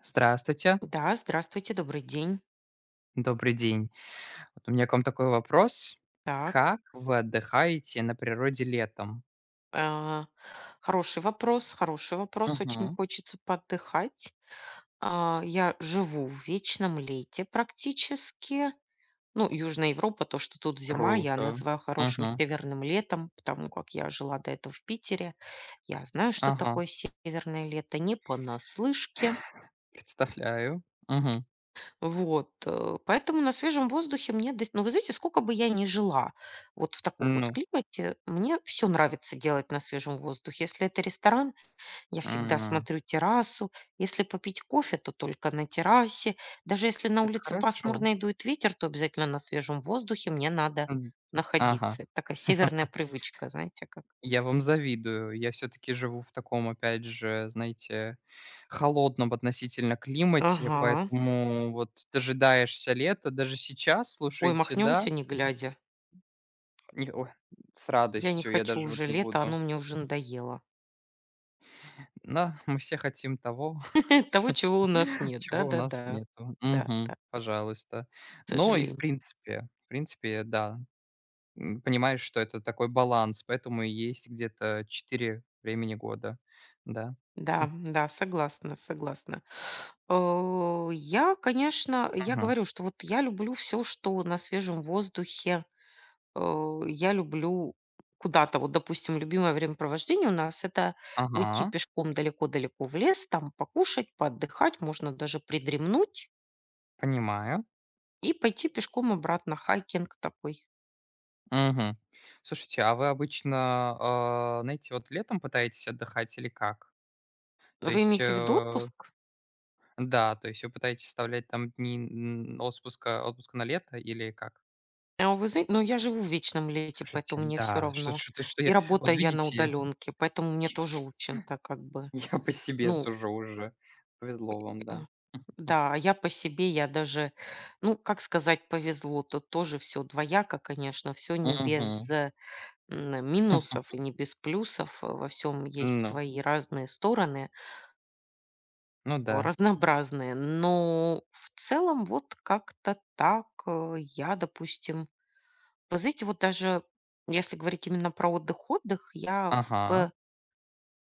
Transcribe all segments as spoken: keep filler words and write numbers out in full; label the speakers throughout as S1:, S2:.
S1: Здравствуйте,
S2: Да, здравствуйте, добрый день.
S1: добрый день. Вот у меня к вам такой вопрос.
S2: Так,
S1: Как вы отдыхаете на природе летом?
S2: а, хороший вопрос, хороший вопрос. Очень
S1: Мгм.
S2: хочется поотдыхать. А, я живу в вечном лете практически. Ну, Южная Европа, то, что тут зима, я
S1: Круто.
S2: называю хорошим
S1: Мгм.
S2: северным летом, потому как я жила до этого в Питере. Я знаю, что
S1: Ага.
S2: такое северное лето, не понаслышке.
S1: Представляю. Мгм.
S2: Вот, э, поэтому на свежем воздухе мне дос ну, вы знаете, сколько бы я ни жила вот в таком вот
S1: Ну,
S2: климате, мне все нравится делать на свежем воздухе. Если это ресторан, я всегда
S1: м,
S2: смотрю террасу, если попить кофе, то только на террасе. Даже если на
S1: это
S2: улице
S1: хорошо.
S2: пасмурно и дует ветер, то обязательно на свежем воздухе мне надо
S1: М, Ага.
S2: находиться. Это такая северная привычка, знаете как.
S1: Я вам завидую. Я все-таки живу в таком, опять же, знаете, холодном относительно климате,
S2: Ага.
S1: поэтому вот дожидаешься лета. Даже сейчас,
S2: Ой,
S1: слушайте,
S2: махнемся
S1: да.
S2: не глядя.
S1: Не ой, с
S2: Я не
S1: радостью, я
S2: хочу
S1: даже вот
S2: уже
S1: не
S2: лето, оно
S1: буду.
S2: мне уже надоело.
S1: Да, мы все хотим того,
S2: Того, чего у нас нет.
S1: чего у нас
S2: Да-да-да.
S1: нету. Мгм.
S2: Да-да,
S1: Пожалуйста.
S2: к
S1: Но и в
S2: сожалению.
S1: принципе, в принципе, да, м, понимаешь, что это такой баланс, поэтому и есть где-то четыре времени года. Да.
S2: Да,
S1: М,
S2: да, согласна, согласна. Э, я, конечно, я
S1: мгм.
S2: говорю, что вот я люблю все что на свежем воздухе. Э, я люблю куда-то. Вот, допустим, любимое времяпровождение у нас — это уйти
S1: Ага,
S2: пешком далеко-далеко в лес, там покушать, поотдыхать, можно даже придремнуть
S1: понимаю.
S2: и пойти пешком обратно. Хайкинг такой.
S1: Мгм. Слушайте, а вы обычно, а, знаете, вот летом пытаетесь отдыхать или как? То
S2: Вы
S1: есть,
S2: имеете в виду
S1: э
S2: отпуск?
S1: да, то есть вы пытаетесь вставлять там дни, м, отпуска отпуска на лето или как?
S2: А вы знаете, ну, я живу в вечном лете,
S1: Слушайте,
S2: поэтому мне все
S1: да, что
S2: равно.
S1: что-то, что
S2: И
S1: я вот
S2: работаю я на
S1: видите,
S2: удаленке, поэтому мне тоже очень-то как бы,
S1: я по себе
S2: ну,
S1: сужу уже. Повезло вам,
S2: э,
S1: да.
S2: да, а я по себе, я даже, ну, как сказать, повезло. Тут тоже все двояко, конечно, все не
S1: Мгм.
S2: без, э, м, минусов и не без плюсов. э, Во всем есть
S1: Ну,
S2: свои разные стороны,
S1: ну
S2: о,
S1: да.
S2: разнообразные. Но в целом вот как-то так, э, я, допустим. Вы знаете, вот даже если говорить именно про отдых-отдых, я
S1: Ага,
S2: в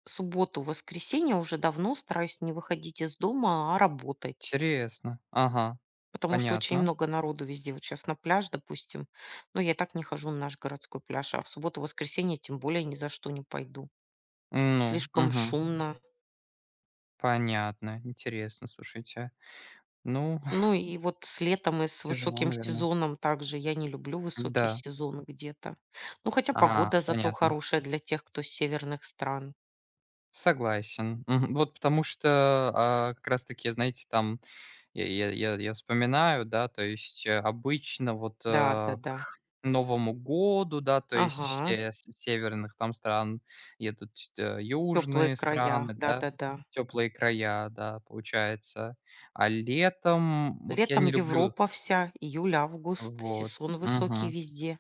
S2: субботу, воскресенье уже давно стараюсь не выходить из дома, а работать.
S1: интересно. Ага,
S2: Потому что очень
S1: понятно.
S2: много народу везде. Вот сейчас на пляж, допустим. Но я и так не хожу на наш городской пляж, а в субботу-воскресенье тем более ни за что не пойду.
S1: Ну,
S2: Слишком
S1: мгм,
S2: шумно.
S1: понятно, интересно, слушайте. Ну,
S2: Ну и вот с летом и с
S1: тяжело,
S2: высоким
S1: наверное.
S2: сезоном также. Я не люблю высокий
S1: Да.
S2: сезон где-то. Ну хотя
S1: А,
S2: погода зато
S1: понятно.
S2: хорошая для тех, кто с северных стран.
S1: Согласен. Мгм. Вот потому что, а, как раз таки, знаете, там. Я я я я вспоминаю, да, то есть, э, обычно вот, э,
S2: Да-да-да.
S1: к Новому году, да, то есть
S2: Ага.
S1: все с северных там стран едут, э,
S2: Теплые
S1: южные
S2: края,
S1: страны, да,
S2: да-да-да.
S1: теплые края, да, получается. А летом вот я
S2: Летом
S1: не люблю
S2: Европа вся, июль, август,
S1: вот.
S2: сезон высокий
S1: Мгм.
S2: везде.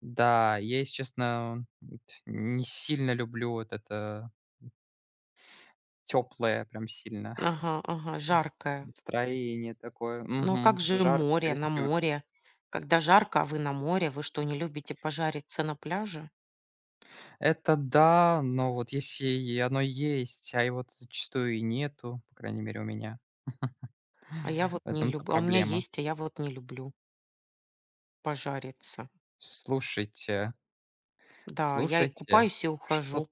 S1: Да, я, если честно, вот не сильно люблю вот это теплое, прям сильно
S2: Ага, ага, жаркое.
S1: настроение такое.
S2: Ну а как
S1: Мгм.
S2: же
S1: Жарко
S2: море, на
S1: чересчур.
S2: море? Когда жарко, а вы на море, вы что, не любите пожариться на пляже?
S1: Это да, но вот если и оно есть, а его зачастую и нету, по крайней мере, у меня,
S2: А я вот
S1: в
S2: не
S1: этом-то
S2: люблю. А у меня
S1: проблема.
S2: есть, а я вот не люблю пожариться.
S1: Слушайте,
S2: Да, я и
S1: слушайте,
S2: купаюсь и
S1: что.
S2: ухожу.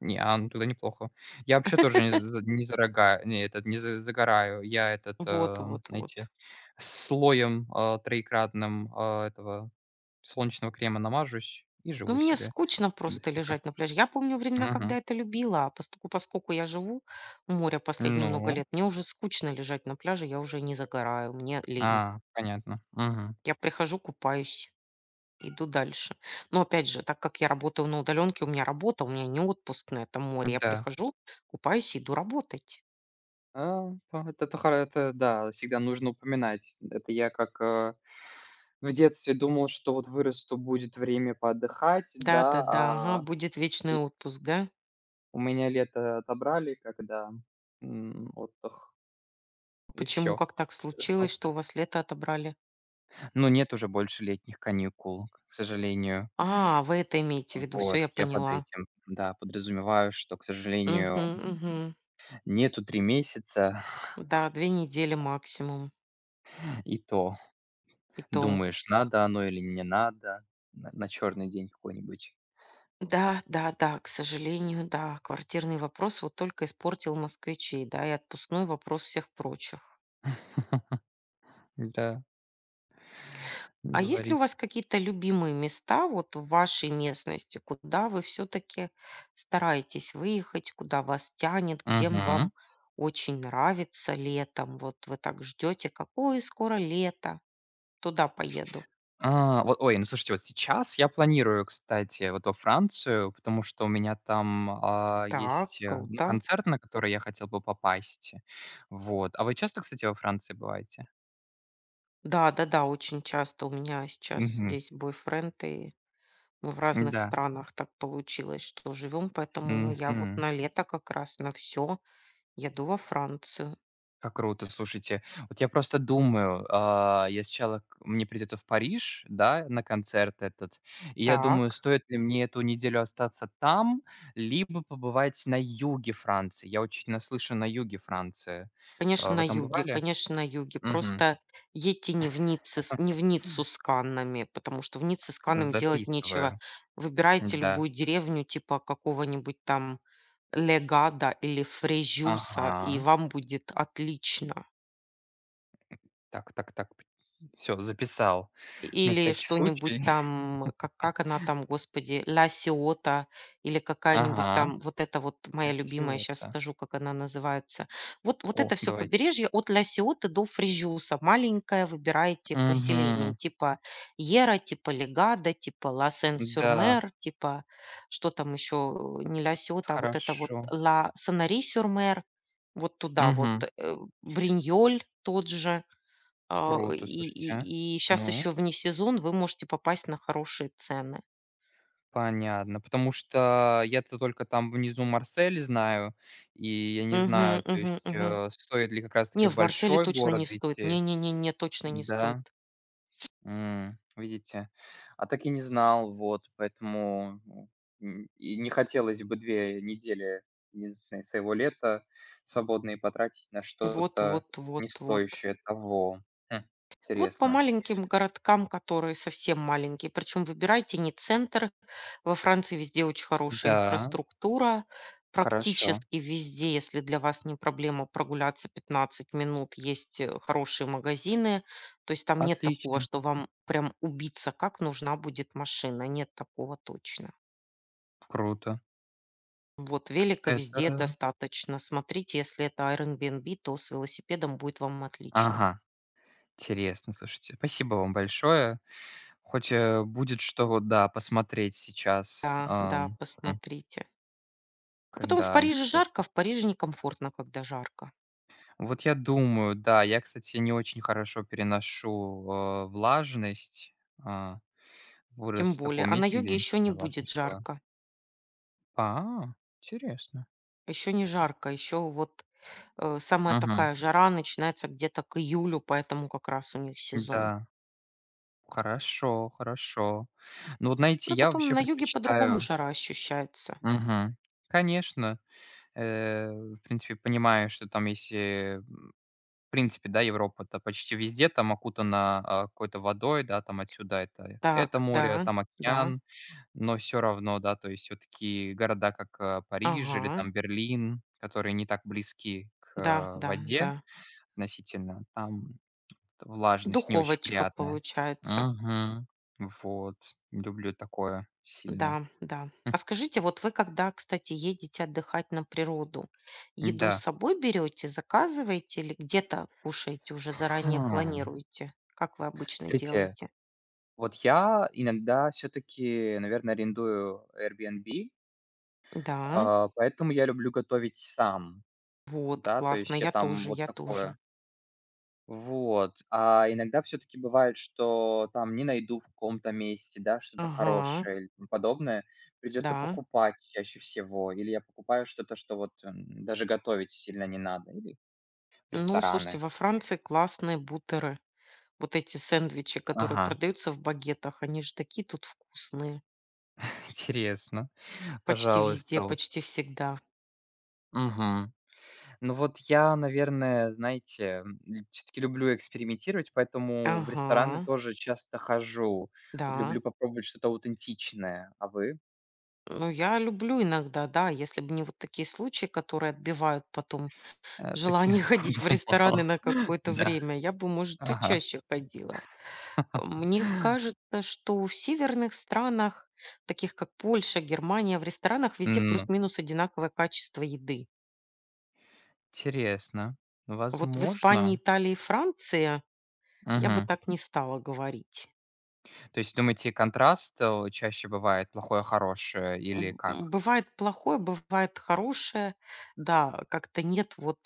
S1: Не, а, ну туда неплохо. Я вообще тоже не за не зарога не этот, не за загораю. Я этот,
S2: Вот,
S1: э,
S2: вот, вот.
S1: знаете, слоем, а, троекратным, а, этого солнечного крема намажусь и
S2: Ну,
S1: живу
S2: мне
S1: себе.
S2: скучно
S1: И
S2: просто
S1: быстренько.
S2: лежать на пляже. Я помню времена, когда
S1: Мгм.
S2: это любила, а поскольку, поскольку я живу у моря последние много
S1: Ну,
S2: лет, мне уже скучно лежать на пляже, я уже не загораю, мне лень.
S1: а, понятно. Мгм.
S2: Я прихожу, купаюсь, иду дальше. Но опять же, так как я работаю на удаленке, у меня работа, у меня не отпуск на этом море. Я
S1: Да.
S2: прихожу, купаюсь, иду работать.
S1: А, а, вот это хоро это да, всегда нужно упоминать. Это я как, э, в детстве думал, что вот вырасту, будет время поотдыхать, да,
S2: Да-да-да, ага,
S1: а
S2: будет вечный отпуск, да?
S1: у меня лето отобрали, когда, м, отдых, и
S2: Почему,
S1: все.
S2: как так
S1: С
S2: случилось, что у
S1: остался
S2: вас лето отобрали?
S1: но нет уже больше летних каникул, к сожалению.
S2: А, вы это имеете в виду, все
S1: Вот,
S2: я
S1: я под
S2: поняла.
S1: этим, да, подразумеваю, что, к
S2: Угу,
S1: сожалению,
S2: угу.
S1: нету три месяца,
S2: Да, две недели максимум,
S1: и то
S2: и то.
S1: думаешь, надо оно или не надо, на на черный день какой-нибудь.
S2: Да, да, да, к сожалению, да, квартирный вопрос вот только испортил москвичей, да, и отпускной вопрос всех прочих.
S1: Да. Не
S2: А есть ли у
S1: говорите.
S2: вас какие-то любимые места вот в вашей местности, куда вы все-таки стараетесь выехать, куда вас тянет, где м
S1: Мгм.
S2: вам очень нравится летом? Вот вы так ждете, какое скоро лето, туда поеду.
S1: А, вот, ой, ну слушайте, вот сейчас я планирую, кстати, вот во Францию, потому что у меня там, а,
S2: Так,
S1: есть, э, ну,
S2: круто.
S1: концерт, на который я хотел бы попасть. Вот. А вы часто, кстати, во Франции бываете?
S2: Да-да-да, очень часто у меня сейчас
S1: Мгм.
S2: здесь бойфренд, и мы в разных
S1: Да.
S2: странах так получилось, что живем, поэтому я вот
S1: Мгм.
S2: на лето как раз на все еду во Францию.
S1: Как круто, слушайте. Вот я просто думаю, а, я сначала к мне придется в Париж, да, на концерт этот, и я думаю,
S2: Так,
S1: стоит ли мне эту неделю остаться там, либо побывать на юге Франции. Я очень наслышан на юге Франции.
S2: конечно,
S1: А, вы
S2: на
S1: там
S2: юге,
S1: бывали?
S2: конечно, на юге.
S1: Мгм.
S2: Просто едьте не в, Ницце, с- не в Ниццу с Каннами, потому что в Ницце с Каннами делать нечего.
S1: Записываю.
S2: Выбирайте
S1: Да.
S2: любую деревню типа какого-нибудь там Легада или Фрежюса, и
S1: Ага.
S2: вам будет отлично.
S1: Так так так. Все, записал на
S2: Или
S1: всякий
S2: что-нибудь
S1: случай.
S2: там, как как она там, господи, "Ля Сиота" или какая-нибудь
S1: Ага.
S2: там, вот это вот моя любимая, сейчас
S1: Осиота.
S2: скажу, как она называется. Вот вот
S1: О,
S2: это все
S1: давайте.
S2: побережье от "Ля Сиоты" до Фрежюса. Маленькое выбираете поселение
S1: Мгм.
S2: типа Ера, типа Легада типа
S1: Да,
S2: Ла-Сен-Сюр-Мер, типа что там еще, э, не "Ля Сиота", а вот это вот
S1: хорошо.
S2: "Ла Санари-Сюр-Мер". Вот туда вот,
S1: Мгм.
S2: э, Бриньоль тот же. А,
S1: Круто,
S2: и и
S1: слушайте.
S2: и сейчас еще
S1: Ну,
S2: вне сезон вы можете попасть на хорошие цены.
S1: понятно. Потому что я-то только там внизу Марсель знаю, и я не
S2: Мгм,
S1: знаю, то
S2: мгм,
S1: есть,
S2: мгм.
S1: э, стоит ли как раз-таки
S2: Не,
S1: в
S2: в Марселе
S1: большой
S2: точно
S1: город
S2: не стоит.
S1: идти.
S2: Не не не не, точно не
S1: Да?
S2: стоит.
S1: М, видите? А так и не знал, вот, поэтому, ну, м, и не хотелось бы две недели единственные своего лета свободные потратить на
S2: Вот
S1: что-то
S2: вот
S1: не
S2: вот вот.
S1: стоящее того. Хм,
S2: Вот по
S1: интересно.
S2: маленьким городкам, которые совсем маленькие, причем выбирайте не центр. Во Франции везде очень хорошая
S1: Да,
S2: инфраструктура.
S1: хорошо,
S2: Практически везде, если для вас не проблема прогуляться пятнадцать минут, есть э, хорошие магазины. То есть там нет такого,
S1: отлично.
S2: что вам прям убиться, как нужна будет машина. Нет такого точно.
S1: Круто.
S2: Вот велика
S1: Это
S2: везде достаточно. Смотрите, если это Airbnb, то с велосипедом будет вам отлично.
S1: Ага, интересно, слушайте. Спасибо вам большое. Хоть, э, будет что вот, да, посмотреть сейчас.
S2: Да, да,
S1: Ам, м,
S2: посмотрите. А
S1: к
S2: потом в
S1: да,
S2: Париже жарко, а
S1: интересно.
S2: в Париже некомфортно, когда жарко.
S1: Вот я думаю, да, я, кстати, не очень хорошо переношу, э, влажность. А,
S2: Тем
S1: Вырос в
S2: более.
S1: таком
S2: А на
S1: месте, где
S2: юге
S1: не
S2: еще не
S1: сильно
S2: будет
S1: влажность была.
S2: жарко.
S1: А, интересно.
S2: Еще не жарко. Еще вот э, самая
S1: Ага.
S2: такая жара начинается где-то к июлю, поэтому как раз у них сезон.
S1: Да. Хорошо, хорошо. Ну, вот знаете,
S2: Ну и
S1: я
S2: потом
S1: вообще
S2: на юге по-другому
S1: предпочитаю.
S2: жара ощущается.
S1: Мгм. Конечно. Э, в принципе, понимаю, что там есть, э, в принципе, да, Европа-то почти везде там окутана, а, какой-то водой, да, там отсюда это это
S2: Так, да,
S1: море, а там
S2: да,
S1: океан, но все равно, да, то есть все таки города, как, а, Париж или
S2: ага,
S1: там Берлин, которые не так близки к,
S2: да,
S1: а,
S2: да,
S1: воде
S2: да.
S1: относительно, там влажность не очень
S2: Духовочка
S1: приятная.
S2: получается.
S1: Мгм. Вот, люблю такое сильно.
S2: Да, да. А скажите, вот вы когда, кстати, едете отдыхать на природу,
S1: М,
S2: еду с
S1: да.
S2: собой берете, заказываете или где-то кушаете, уже заранее
S1: Хм.
S2: планируете? Как вы обычно
S1: Смотрите.
S2: делаете?
S1: Вот я иногда все таки наверное, арендую Airbnb,
S2: Да,
S1: а, поэтому я люблю готовить сам.
S2: вот,
S1: Да, то
S2: классно,
S1: есть я
S2: я
S1: там
S2: тоже,
S1: вот
S2: я тоже.
S1: такое. Вот. А иногда все таки бывает, что там не найду в каком-то месте, да, что-то
S2: Ага,
S1: хорошее или тому подобное. Придется
S2: да.
S1: покупать чаще всего. Или я покупаю что-то, что вот, м, даже готовить сильно не надо. Или в
S2: Ну, слушайте,
S1: рестораны.
S2: во Франции классные бутеры. Вот эти сэндвичи, которые
S1: Ага,
S2: продаются в багетах, они же такие тут вкусные.
S1: интересно.
S2: Почти везде,
S1: Пожалуйста, вот.
S2: почти всегда.
S1: Мгм. Ну вот я, наверное, знаете, все таки люблю экспериментировать, поэтому в рестораны
S2: Ага,
S1: тоже часто хожу. Вот
S2: да.
S1: люблю попробовать что-то аутентичное. А вы?
S2: Ну, я люблю иногда, да, если бы не вот такие случаи, которые отбивают потом
S1: Э, так я
S2: желание ходить в рестораны
S1: подумал.
S2: на какое-то
S1: Да.
S2: время, я бы, может, и
S1: Ага.
S2: чаще ходила. Мне кажется, что в северных странах, таких как Польша, Германия, в ресторанах везде
S1: М,
S2: плюс-минус одинаковое качество еды.
S1: Интересно.
S2: Вот в Испании,
S1: Возможно.
S2: Италии и Франции я бы
S1: Мгм.
S2: так не стала говорить.
S1: То есть, думаете, контраст, э, чаще бывает плохое, хорошее или
S2: М, м,
S1: как?
S2: бывает плохое, бывает хорошее. Да, как-то нет вот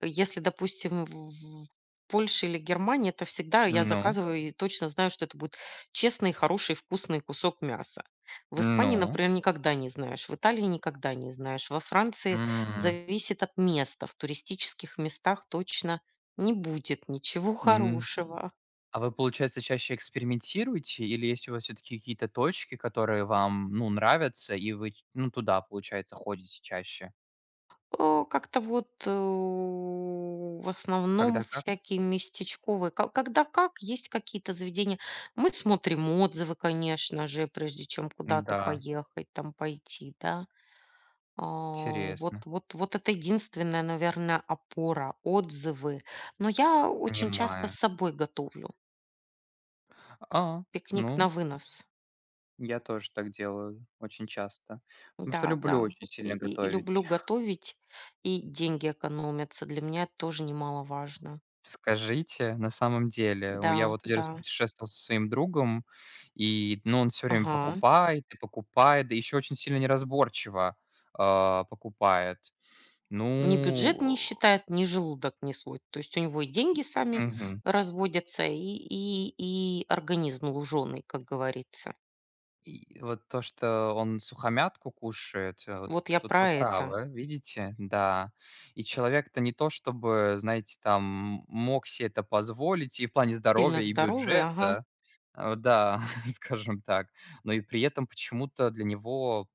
S2: э, если, допустим, в Польше или Германии, это всегда я
S1: Ну,
S2: заказываю и точно знаю, что это будет честный, хороший, вкусный кусок мяса. В Испании,
S1: ну,
S2: например, никогда не знаешь, в Италии никогда не знаешь, во Франции
S1: м,
S2: зависит от места. В туристических местах точно не будет ничего
S1: м.
S2: хорошего.
S1: А вы, получается, чаще экспериментируете или есть у вас все таки какие-то точки, которые вам, ну, нравятся, и вы ч ну, туда, получается, ходите чаще?
S2: Э, как-то вот, э, в основном
S1: Когда как?
S2: всякие местечковые. Ко Когда как, есть какие-то заведения. Мы смотрим отзывы, конечно же, прежде чем куда-то
S1: Да,
S2: поехать, там пойти, да. А,
S1: интересно,
S2: вот вот вот это единственная, наверное, опора, отзывы. Но я очень часто с
S1: понимаю.
S2: собой готовлю.
S1: А,
S2: Пикник на
S1: ну,
S2: вынос.
S1: я тоже так делаю очень часто, потому что
S2: Да,
S1: люблю
S2: да.
S1: очень
S2: И
S1: сильно
S2: и и
S1: готовить.
S2: люблю готовить, и деньги экономятся. Для меня это тоже немаловажно.
S1: Скажите, на самом деле, у я
S2: Да,
S1: вот один раз
S2: да.
S1: путешествовал со своим другом, и, ну, он все время
S2: Ага.
S1: покупает и покупает, да еще очень сильно неразборчиво, а, покупает.
S2: Ни бюджет не
S1: Ну,
S2: считает, ни желудок не свой. То есть у него и деньги сами
S1: мгм.
S2: разводятся, и, и, и организм луженый, как говорится.
S1: И вот то, что он сухомятку кушает, э, вот
S2: Вот я
S1: тут вы
S2: про это.
S1: правы, видите, да. И человек-то не то чтобы, знаете, там, мог себе это позволить и в плане
S2: Сильно
S1: здоровья, и
S2: здоровый, ага.
S1: бюджета, э, да, скажем так. Но и при этом почему-то для него,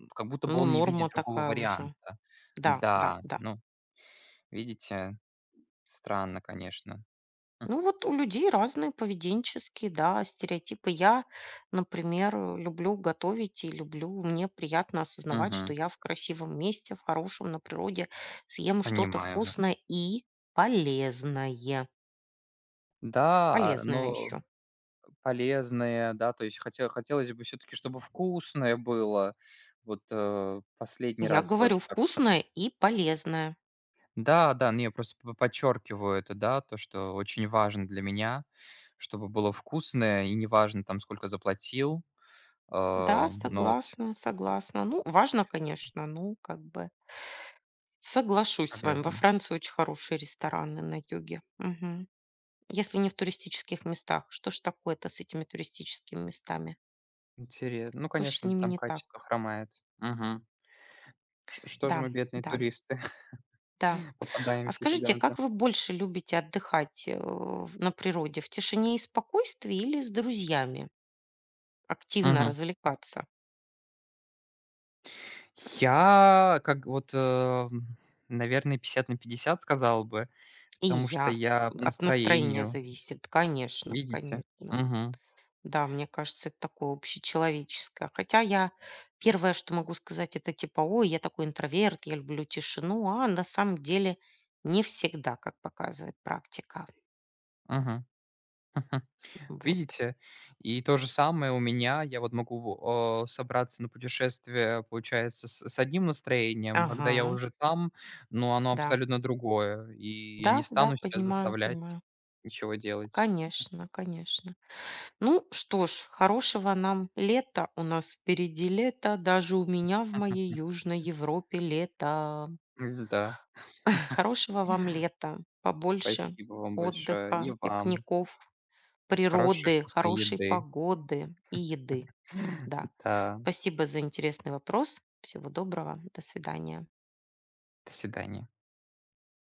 S1: м, как будто бы
S2: Ну,
S1: он не
S2: норма
S1: видит другого
S2: такая уже.
S1: варианта.
S2: Да, да,
S1: Да,
S2: да.
S1: ну, видите, странно, конечно. М,
S2: Ну, вот у людей разные поведенческие, да, стереотипы. Я, например, э, люблю готовить и люблю, мне приятно осознавать, что
S1: мгм.
S2: я в красивом месте, в хорошем, на природе, съем что-то
S1: Понимаю
S2: вкусное
S1: вас.
S2: и полезное.
S1: Да,
S2: Полезное
S1: но.
S2: еще.
S1: Полезные, да, то есть хотел хотелось бы все таки чтобы вкусное было. Вот, э, последний
S2: Я
S1: раз
S2: говорю,
S1: тоже так.
S2: вкусное и полезное.
S1: Да, да, ну, я просто п подчеркиваю это, да, то, что очень важно для меня, чтобы было вкусное, и неважно там, сколько заплатил. Э,
S2: Да,
S1: но вот
S2: согласна, согласна. Ну, важно, конечно, ну, как бы соглашусь с
S1: когда
S2: вами. Во Франции очень хорошие рестораны на юге. Мгм. Если не в туристических местах. Что ж такое-то с этими туристическими местами?
S1: ну,
S2: Что ж с
S1: конечно,
S2: ними
S1: там
S2: не
S1: качество
S2: так?
S1: хромает. Мгм. Ш что же мы,
S2: Да,
S1: бедные
S2: да,
S1: туристы,
S2: да. А
S1: попадаемся
S2: скажите,
S1: всегда на то?
S2: как вы больше любите отдыхать э, в- на природе? В тишине и спокойствии или с друзьями? Активно
S1: Мгм.
S2: развлекаться?
S1: Я как вот, э, м, наверное, пятьдесят на пятьдесят сказал бы.
S2: И
S1: Потому что
S2: я.
S1: я по
S2: От настроения
S1: настроению,
S2: зависит, конечно,
S1: видите?
S2: конечно.
S1: Мгм,
S2: Да, мне кажется, это такое общечеловеческое. Хотя я первое, что могу сказать, это типа, ой, я такой интроверт, я люблю тишину, а на самом деле не всегда, как показывает практика.
S1: мгм.
S2: Вот.
S1: Видите? И то же самое у меня. Я вот могу, э, собраться на путешествие, получается, с с одним настроением, а когда я
S2: Ага,
S1: уже там, но оно
S2: да.
S1: абсолютно другое, и я не
S2: Да, да,
S1: стану себя
S2: понимаю,
S1: заставлять
S2: понимаю.
S1: ничего делать.
S2: Конечно, конечно. Ну что ж, хорошего нам лета. У нас впереди лето, даже у меня в моей Южной Европе лето.
S1: М-да,
S2: Хорошего вам лета, побольше
S1: спасибо вам большое. И
S2: отдыха,
S1: вам.
S2: пикников,
S1: Хорошей
S2: природы,
S1: вкусной
S2: хорошей
S1: еды.
S2: погоды и еды. Да.
S1: Да,
S2: Спасибо за интересный вопрос. Всего доброго. До свидания.
S1: до свидания.